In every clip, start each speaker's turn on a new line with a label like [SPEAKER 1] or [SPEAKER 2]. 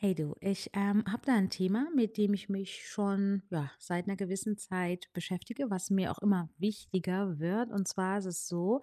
[SPEAKER 1] Hey du, ich habe da ein Thema, mit dem ich mich schon, ja, seit einer gewissen Zeit beschäftige, was mir auch immer wichtiger wird. Und zwar ist es so,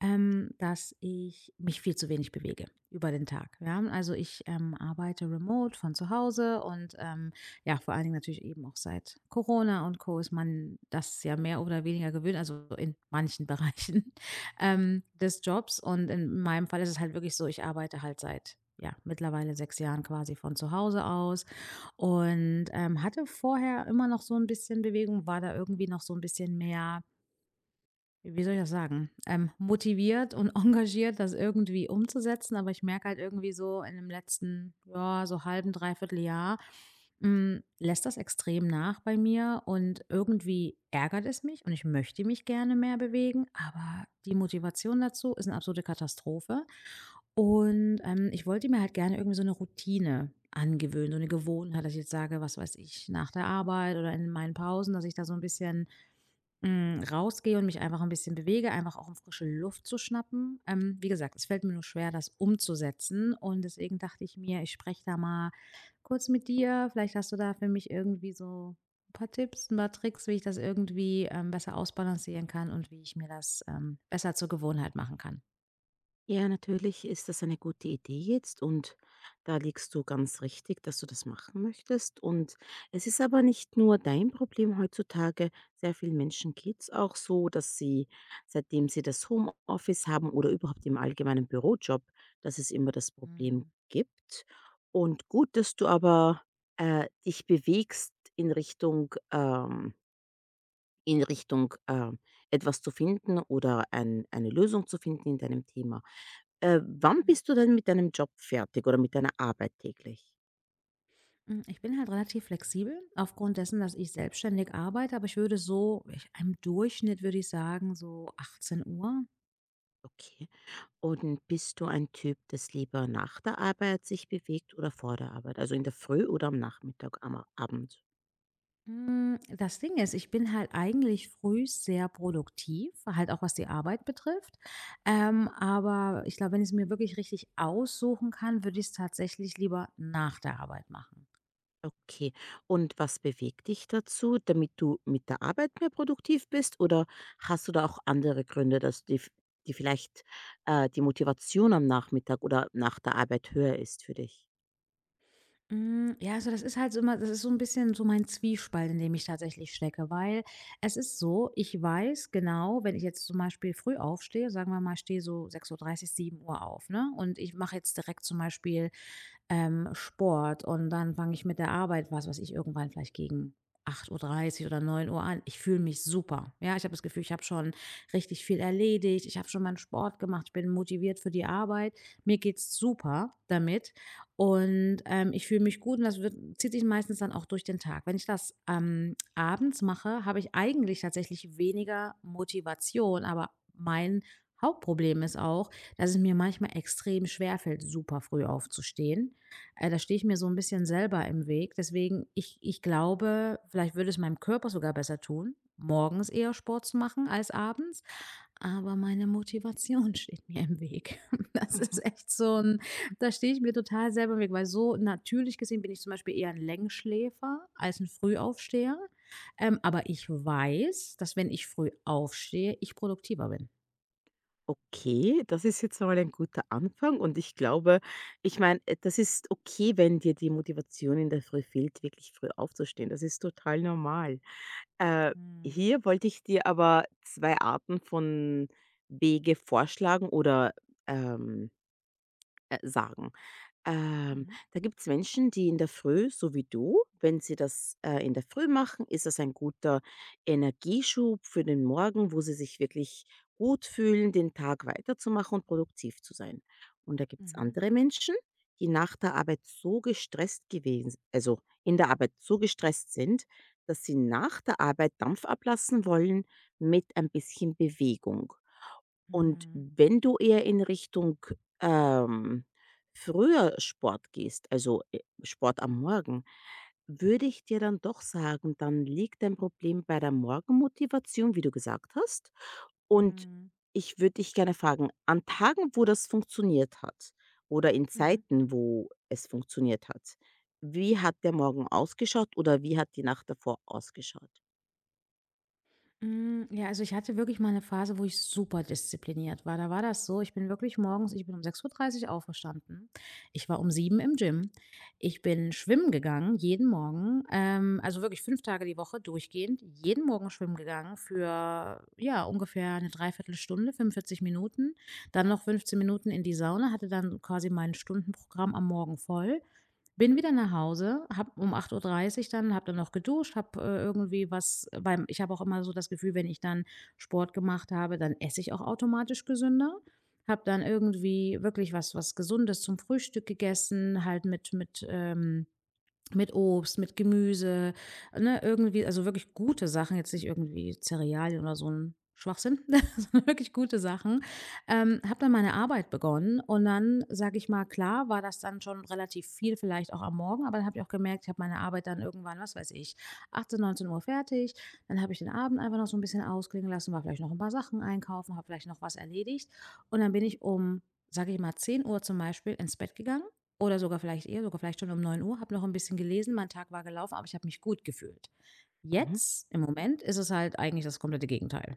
[SPEAKER 1] dass ich mich viel zu wenig bewege über den Tag. Ja? Also ich arbeite remote von zu Hause und ja, vor allen Dingen natürlich eben auch seit Corona und Co. ist man das ja mehr oder weniger gewöhnt, also in manchen Bereichen des Jobs. Und in meinem Fall ist es halt wirklich so, ich arbeite halt seit, ja, mittlerweile 6 Jahren quasi von zu Hause aus und hatte vorher immer noch so ein bisschen Bewegung, war da irgendwie noch so ein bisschen mehr, wie soll ich das sagen? Motiviert und engagiert, das irgendwie umzusetzen, aber ich merke halt irgendwie so in dem letzten, ja, so halben, dreiviertel Jahr, lässt das extrem nach bei mir, und irgendwie ärgert es mich und ich möchte mich gerne mehr bewegen, aber die Motivation dazu ist eine absolute Katastrophe. Und ich wollte mir halt gerne irgendwie so eine Routine angewöhnen, so eine Gewohnheit, dass ich jetzt sage, was weiß ich, nach der Arbeit oder in meinen Pausen, dass ich da so ein bisschen rausgehe und mich einfach ein bisschen bewege, einfach auch, um frische Luft zu schnappen. Wie gesagt, es fällt mir nur schwer, das umzusetzen, und deswegen dachte ich mir, ich spreche da mal kurz mit dir. Vielleicht hast du da für mich irgendwie so 'n paar Tipps, ein paar Tricks, wie ich das irgendwie, besser ausbalancieren kann und wie ich mir das, besser zur Gewohnheit machen kann.
[SPEAKER 2] Ja, natürlich ist das eine gute Idee jetzt, und da liegst du ganz richtig, dass du das machen möchtest. Und es ist aber nicht nur dein Problem heutzutage. Sehr vielen Menschen geht's auch so, dass sie, seitdem sie das Homeoffice haben oder überhaupt im allgemeinen Bürojob, dass es immer das Problem
[SPEAKER 1] Mhm.
[SPEAKER 2] gibt. Und gut, dass du aber dich bewegst in Richtung in Richtung etwas zu finden oder eine Lösung zu finden in deinem Thema. Wann
[SPEAKER 1] Mhm.
[SPEAKER 2] bist du denn mit deinem Job fertig oder mit deiner Arbeit täglich?
[SPEAKER 1] Ich bin halt relativ flexibel aufgrund dessen, dass ich selbstständig arbeite, aber ich im Durchschnitt würde ich sagen, so 18 Uhr.
[SPEAKER 2] Okay. Und bist du ein Typ, das lieber nach der Arbeit sich bewegt oder vor der Arbeit? Also in der Früh oder am Nachmittag, am Abend?
[SPEAKER 1] Das Ding ist, ich bin halt eigentlich früh sehr produktiv, halt auch was die Arbeit betrifft. Aber ich glaube, wenn ich es mir wirklich richtig aussuchen kann, würde ich es tatsächlich lieber nach der Arbeit machen.
[SPEAKER 2] Okay. Und was bewegt dich dazu, damit du mit der Arbeit mehr produktiv bist? Oder hast du da auch andere Gründe, dass die vielleicht die Motivation am Nachmittag oder nach der Arbeit höher ist für dich?
[SPEAKER 1] Ja, also das ist halt so immer, das ist so ein bisschen so mein Zwiespalt, in dem ich tatsächlich stecke, weil es ist so, ich weiß genau, wenn ich jetzt zum Beispiel früh aufstehe, sagen wir mal, stehe so 6:30 Uhr, 7 Uhr auf, ne? Und ich mache jetzt direkt zum Beispiel Sport und dann fange ich mit der Arbeit, was weiß ich, irgendwann vielleicht gegen 8:30 Uhr oder 9 Uhr an. Ich fühle mich super. Ja, ich habe das Gefühl, ich habe schon richtig viel erledigt. Ich habe schon meinen Sport gemacht. Ich bin motiviert für die Arbeit. Mir geht's super damit, und ich fühle mich gut und das wird zieht sich meistens dann auch durch den Tag. Wenn ich das, abends mache, habe ich eigentlich tatsächlich weniger Motivation, aber mein Hauptproblem ist auch, dass es mir manchmal extrem schwerfällt, super früh aufzustehen. Da stehe ich mir so ein bisschen selber im Weg. Deswegen, ich glaube, vielleicht würde es meinem Körper sogar besser tun, morgens eher Sport zu machen als abends, aber meine Motivation steht mir im Weg. Das
[SPEAKER 2] Mhm.
[SPEAKER 1] ist echt so 'n da stehe ich mir total selber im Weg, weil so natürlich gesehen bin ich zum Beispiel eher ein Längsschläfer als ein Frühaufsteher. Aber ich weiß, dass, wenn ich früh aufstehe, ich produktiver bin.
[SPEAKER 2] Okay, das ist jetzt mal ein guter Anfang, und ich glaube, ich meine, das ist okay, wenn dir die Motivation in der Früh fehlt, wirklich früh aufzustehen. Das ist total normal. Äh,
[SPEAKER 1] Mhm.
[SPEAKER 2] hier wollte ich dir aber 2 Arten von Wege vorschlagen oder, ähm, sagen. Ähm,
[SPEAKER 1] Mhm.
[SPEAKER 2] Da gibt's Menschen, die in der Früh, so wie du, wenn sie das, in der Früh machen, ist das ein guter Energieschub für den Morgen, wo sie sich wirklich gut fühlen, den Tag weiterzumachen und produktiv zu sein. Und da gibt's
[SPEAKER 1] Mhm.
[SPEAKER 2] andere Menschen, die nach der Arbeit so in der Arbeit so gestresst sind, dass sie nach der Arbeit Dampf ablassen wollen mit ein bisschen Bewegung. Und
[SPEAKER 1] Mhm.
[SPEAKER 2] wenn du eher in Richtung, ähm, früher Sport gehst, also, Sport am Morgen, würde ich dir dann doch sagen, dann liegt dein Problem bei der Morgenmotivation, wie du gesagt hast. Und
[SPEAKER 1] Mhm.
[SPEAKER 2] ich würde dich gerne fragen, an Tagen, wo das funktioniert hat oder in
[SPEAKER 1] Mhm.
[SPEAKER 2] Zeiten, wo es funktioniert hat, wie hat der Morgen ausgeschaut oder wie hat die Nacht davor ausgeschaut?
[SPEAKER 1] Hm, ja, also ich hatte wirklich mal eine Phase, wo ich super diszipliniert war. Da war das so, ich bin um 6:30 Uhr aufgestanden. Ich war um 7 im Gym. Ich bin schwimmen gegangen jeden Morgen, also wirklich 5 Tage die Woche durchgehend, jeden Morgen schwimmen gegangen für, ja, ungefähr eine 3/4 Stunde, 45 Minuten. Dann noch 15 Minuten in die Sauna, hatte dann quasi mein Stundenprogramm am Morgen voll, bin wieder nach Hause, hab um 8:30 Uhr, dann hab dann noch geduscht, hab irgendwie was beim. Ich habe auch immer so das Gefühl, wenn ich dann Sport gemacht habe, dann esse ich auch automatisch gesünder. Hab dann irgendwie wirklich was Gesundes zum Frühstück gegessen, halt mit Obst, mit Gemüse, ne, irgendwie, also wirklich gute Sachen, jetzt nicht irgendwie Cerealien oder so ein Schwachsinn, sondern wirklich gute Sachen. Habe dann meine Arbeit begonnen und dann, sage ich mal, klar war das dann schon relativ viel, vielleicht auch am Morgen, aber dann habe ich auch gemerkt, ich habe meine Arbeit dann irgendwann, was weiß ich, 18, 19 Uhr fertig. Dann habe ich den Abend einfach noch so ein bisschen ausklingen lassen, war vielleicht noch ein paar Sachen einkaufen, habe vielleicht noch was erledigt und dann bin ich um, sage ich mal, 10 Uhr zum Beispiel ins Bett gegangen oder sogar vielleicht eher, sogar vielleicht schon um 9 Uhr, habe noch ein bisschen gelesen. Mein Tag war gelaufen, aber ich habe mich gut gefühlt.
[SPEAKER 2] Mhm.
[SPEAKER 1] Jetzt, im Moment, ist es halt eigentlich das komplette Gegenteil.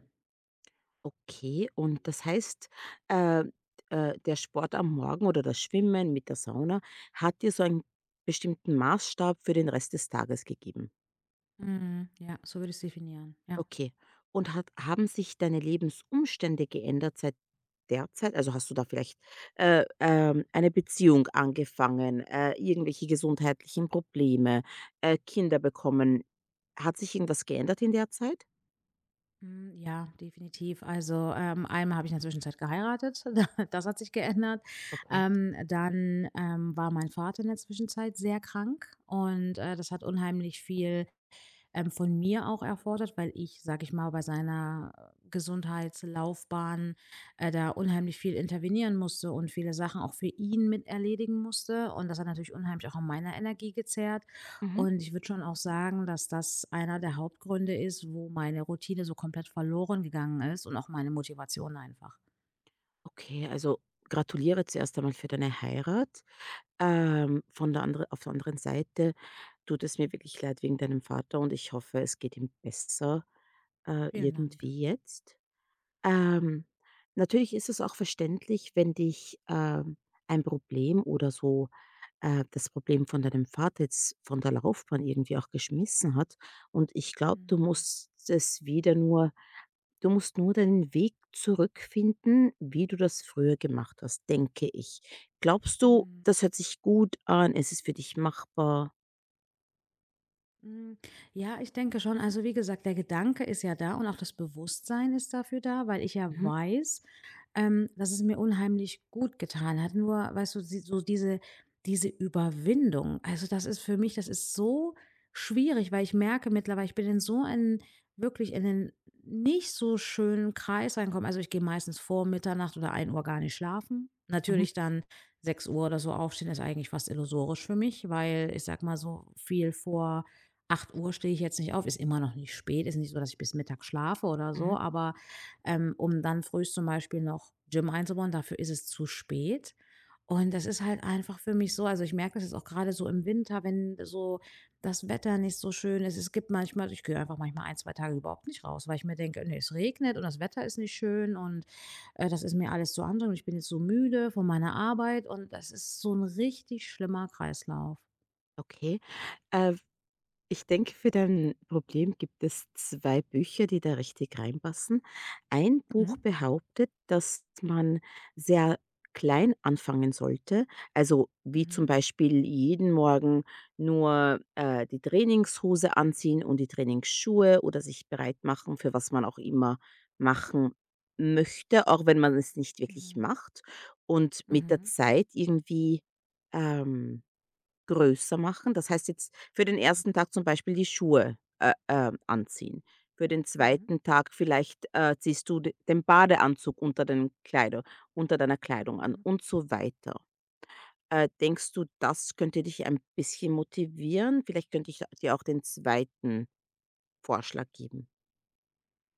[SPEAKER 2] Okay, und das heißt, äh, der Sport am Morgen oder das Schwimmen mit der Sauna hat dir so einen bestimmten Maßstab für den Rest des Tages gegeben.
[SPEAKER 1] Mhm, ja, so würde ich's definieren. Ja.
[SPEAKER 2] Okay. Und haben sich deine Lebensumstände geändert seit der Zeit? Also hast du da vielleicht eine Beziehung angefangen, irgendwelche gesundheitlichen Probleme, Kinder bekommen? Hat sich irgendwas geändert in der Zeit?
[SPEAKER 1] Hm, ja, definitiv. Also, einmal habe ich in der Zwischenzeit geheiratet, das hat sich geändert.
[SPEAKER 2] Okay.
[SPEAKER 1] Dann, war mein Vater in der Zwischenzeit sehr krank und, das hat unheimlich viel von mir auch erfordert, weil ich, sage ich mal, bei seiner Gesundheitslaufbahn da unheimlich viel intervenieren musste und viele Sachen auch für ihn mit erledigen musste. Und das hat natürlich unheimlich auch an meiner Energie gezerrt.
[SPEAKER 2] Mhm.
[SPEAKER 1] Und ich würde schon auch sagen, dass das einer der Hauptgründe ist, wo meine Routine so komplett verloren gegangen ist und auch meine Motivation einfach.
[SPEAKER 2] Okay, also gratuliere zuerst einmal für deine Heirat. Von der andere auf der anderen Seite tut es mir wirklich leid wegen deinem Vater, und ich hoffe, es geht ihm besser,
[SPEAKER 1] Vielen Dank.
[SPEAKER 2] irgendwie jetzt. Ähm, Natürlich ist es auch verständlich, wenn dich, ein Problem oder so das Problem von deinem Vater jetzt von der Laufbahn irgendwie auch geschmissen hat, und ich glaube,
[SPEAKER 1] Mhm.
[SPEAKER 2] du musst nur deinen Weg zurückfinden, wie du das früher gemacht hast, denke ich. Glaubst du, das hört sich gut an? Ist es für dich machbar?
[SPEAKER 1] Hm, ja, ich denke schon. Also, wie gesagt, der Gedanke ist ja da und auch das Bewusstsein ist dafür da, weil ich ja
[SPEAKER 2] Mhm,
[SPEAKER 1] weiß, dass es mir unheimlich gut getan hat. Nur, weißt du, so diese Überwindung, also das ist für mich, das ist so schwierig, weil ich merke mittlerweile, ich bin in so einen, wirklich in einen nicht so schönen Kreis reinkommen. Also ich gehe meistens vor Mitternacht oder 1 Uhr gar nicht schlafen.
[SPEAKER 2] mhm,
[SPEAKER 1] Natürlich dann 6 Uhr oder so aufstehen ist eigentlich fast illusorisch für mich, weil ich sag mal, so viel vor 8 Uhr stehe ich jetzt nicht auf, ist immer noch nicht spät, ist nicht so, dass ich bis Mittag schlafe oder so,
[SPEAKER 2] mhm.
[SPEAKER 1] aber, um dann früh zum Beispiel noch Gym einzubauen, dafür ist es zu spät. Und das ist halt einfach für mich so, also, ich merke das jetzt auch gerade so im Winter, wenn so das Wetter nicht so schön ist. Es gibt manchmal ich gehe einfach manchmal 1, 2 Tage überhaupt nicht raus, weil ich mir denke: „Ne, es regnet und das Wetter ist nicht schön und, das ist mir alles zu anstrengend. Ich bin jetzt so müde von meiner Arbeit", und das ist so ein richtig schlimmer Kreislauf.
[SPEAKER 2] Okay. Äh Ich denke, für dein Problem gibt es 2 Bücher, die da richtig reinpassen. Ein
[SPEAKER 1] Mhm.
[SPEAKER 2] Buch behauptet, dass man sehr klein anfangen sollte, also wie zum
[SPEAKER 1] Mhm.
[SPEAKER 2] Beispiel jeden Morgen nur, die Trainingshose anziehen und die Trainingsschuhe oder sich bereit machen für was man auch immer machen möchte, auch wenn man es nicht wirklich
[SPEAKER 1] Mhm.
[SPEAKER 2] macht, und mit der
[SPEAKER 1] Mhm.
[SPEAKER 2] Zeit irgendwie, ähm größer machen. Das heißt jetzt für den ersten
[SPEAKER 1] Mhm,
[SPEAKER 2] Tag zum Beispiel die Schuhe, anziehen. Für den
[SPEAKER 1] mhm,
[SPEAKER 2] zweiten Tag vielleicht, ziehst du d den Badeanzug unter den Kleider unter deiner Kleidung an
[SPEAKER 1] mhm.
[SPEAKER 2] und so weiter. Denkst du, das könnte dich ein bisschen motivieren? Vielleicht könnte ich dir auch den zweiten Vorschlag geben.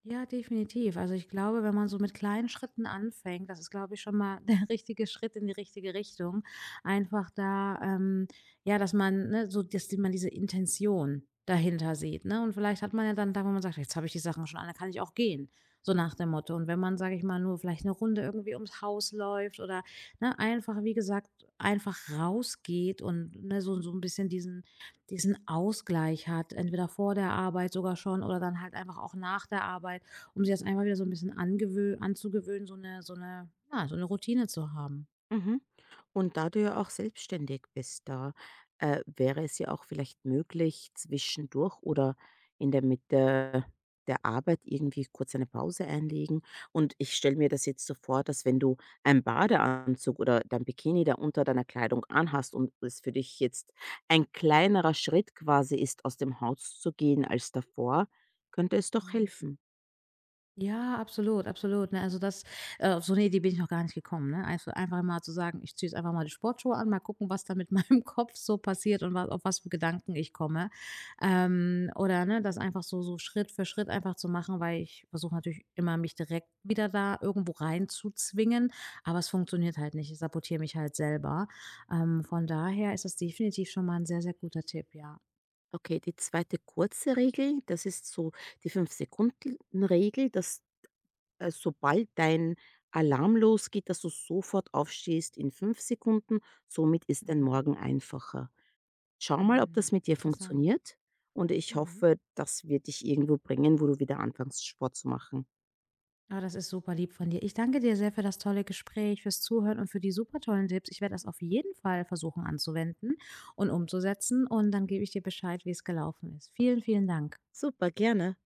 [SPEAKER 1] Ja, definitiv. Also, ich glaube, wenn man so mit kleinen Schritten anfängt, das ist, glaube ich, schon mal der richtige Schritt in die richtige Richtung. Einfach da, ja, dass man, ne, so, dass man diese Intention dahinter sieht, ne? Und vielleicht hat man ja dann da, wo man sagt, jetzt habe ich die Sachen schon an, dann kann ich auch gehen. So nach dem Motto. Und wenn man, sage ich mal, nur vielleicht eine Runde irgendwie ums Haus läuft oder ne, einfach, wie gesagt, einfach rausgeht und ne, so, so ein bisschen diesen Ausgleich hat, entweder vor der Arbeit sogar schon oder dann halt einfach auch nach der Arbeit, um sich das einfach wieder so ein bisschen angewö anzugewöhnen, so eine ja, so eine Routine zu haben.
[SPEAKER 2] Mhm. Und da du ja auch selbstständig bist, da wäre es ja auch vielleicht möglich, zwischendurch oder in der Mitte der Arbeit irgendwie kurz eine Pause einlegen. Und ich stelle mir das jetzt so vor, dass, wenn du einen Badeanzug oder dein Bikini da unter deiner Kleidung anhast und es für dich jetzt ein kleinerer Schritt quasi ist, aus dem Haus zu gehen als davor, könnte es doch
[SPEAKER 1] Mhm.
[SPEAKER 2] helfen.
[SPEAKER 1] Ja, absolut, absolut, ne? Also, das auf so 'ne Idee bin ich noch gar nicht gekommen, ne? Also, einfach mal zu sagen: „Ich ziehe jetzt einfach mal die Sportschuhe an, mal gucken, was da mit meinem Kopf so passiert und was, auf was für Gedanken ich komme." Oder, ne, das einfach so Schritt für Schritt einfach zu machen, weil ich versuche natürlich immer, mich direkt wieder da irgendwo reinzuzwingen, aber es funktioniert halt nicht. Ich sabotiere mich halt selber. Von daher ist das definitiv schon mal ein sehr, sehr guter Tipp, ja.
[SPEAKER 2] Okay, die zweite kurze Regel, das ist so die 5-Sekunden-Regel, dass, sobald dein Alarm losgeht, dass du sofort aufstehst in 5 Sekunden. Somit ist dein
[SPEAKER 1] Mhm,
[SPEAKER 2] Morgen einfacher. Schau mal, ob
[SPEAKER 1] hm,
[SPEAKER 2] das mit dir
[SPEAKER 1] interessant.
[SPEAKER 2] funktioniert, und ich
[SPEAKER 1] Mhm.
[SPEAKER 2] hoffe, das wird dich irgendwo bringen, wo du wieder anfängst, Sport zu machen.
[SPEAKER 1] Ah, das ist super lieb von dir. Ich danke dir sehr für das tolle Gespräch, fürs Zuhören und für die super tollen Tipps. Ich werde das auf jeden Fall versuchen anzuwenden und umzusetzen und dann gebe ich dir Bescheid, wie es gelaufen ist. Vielen, vielen Dank.
[SPEAKER 2] Super, gerne.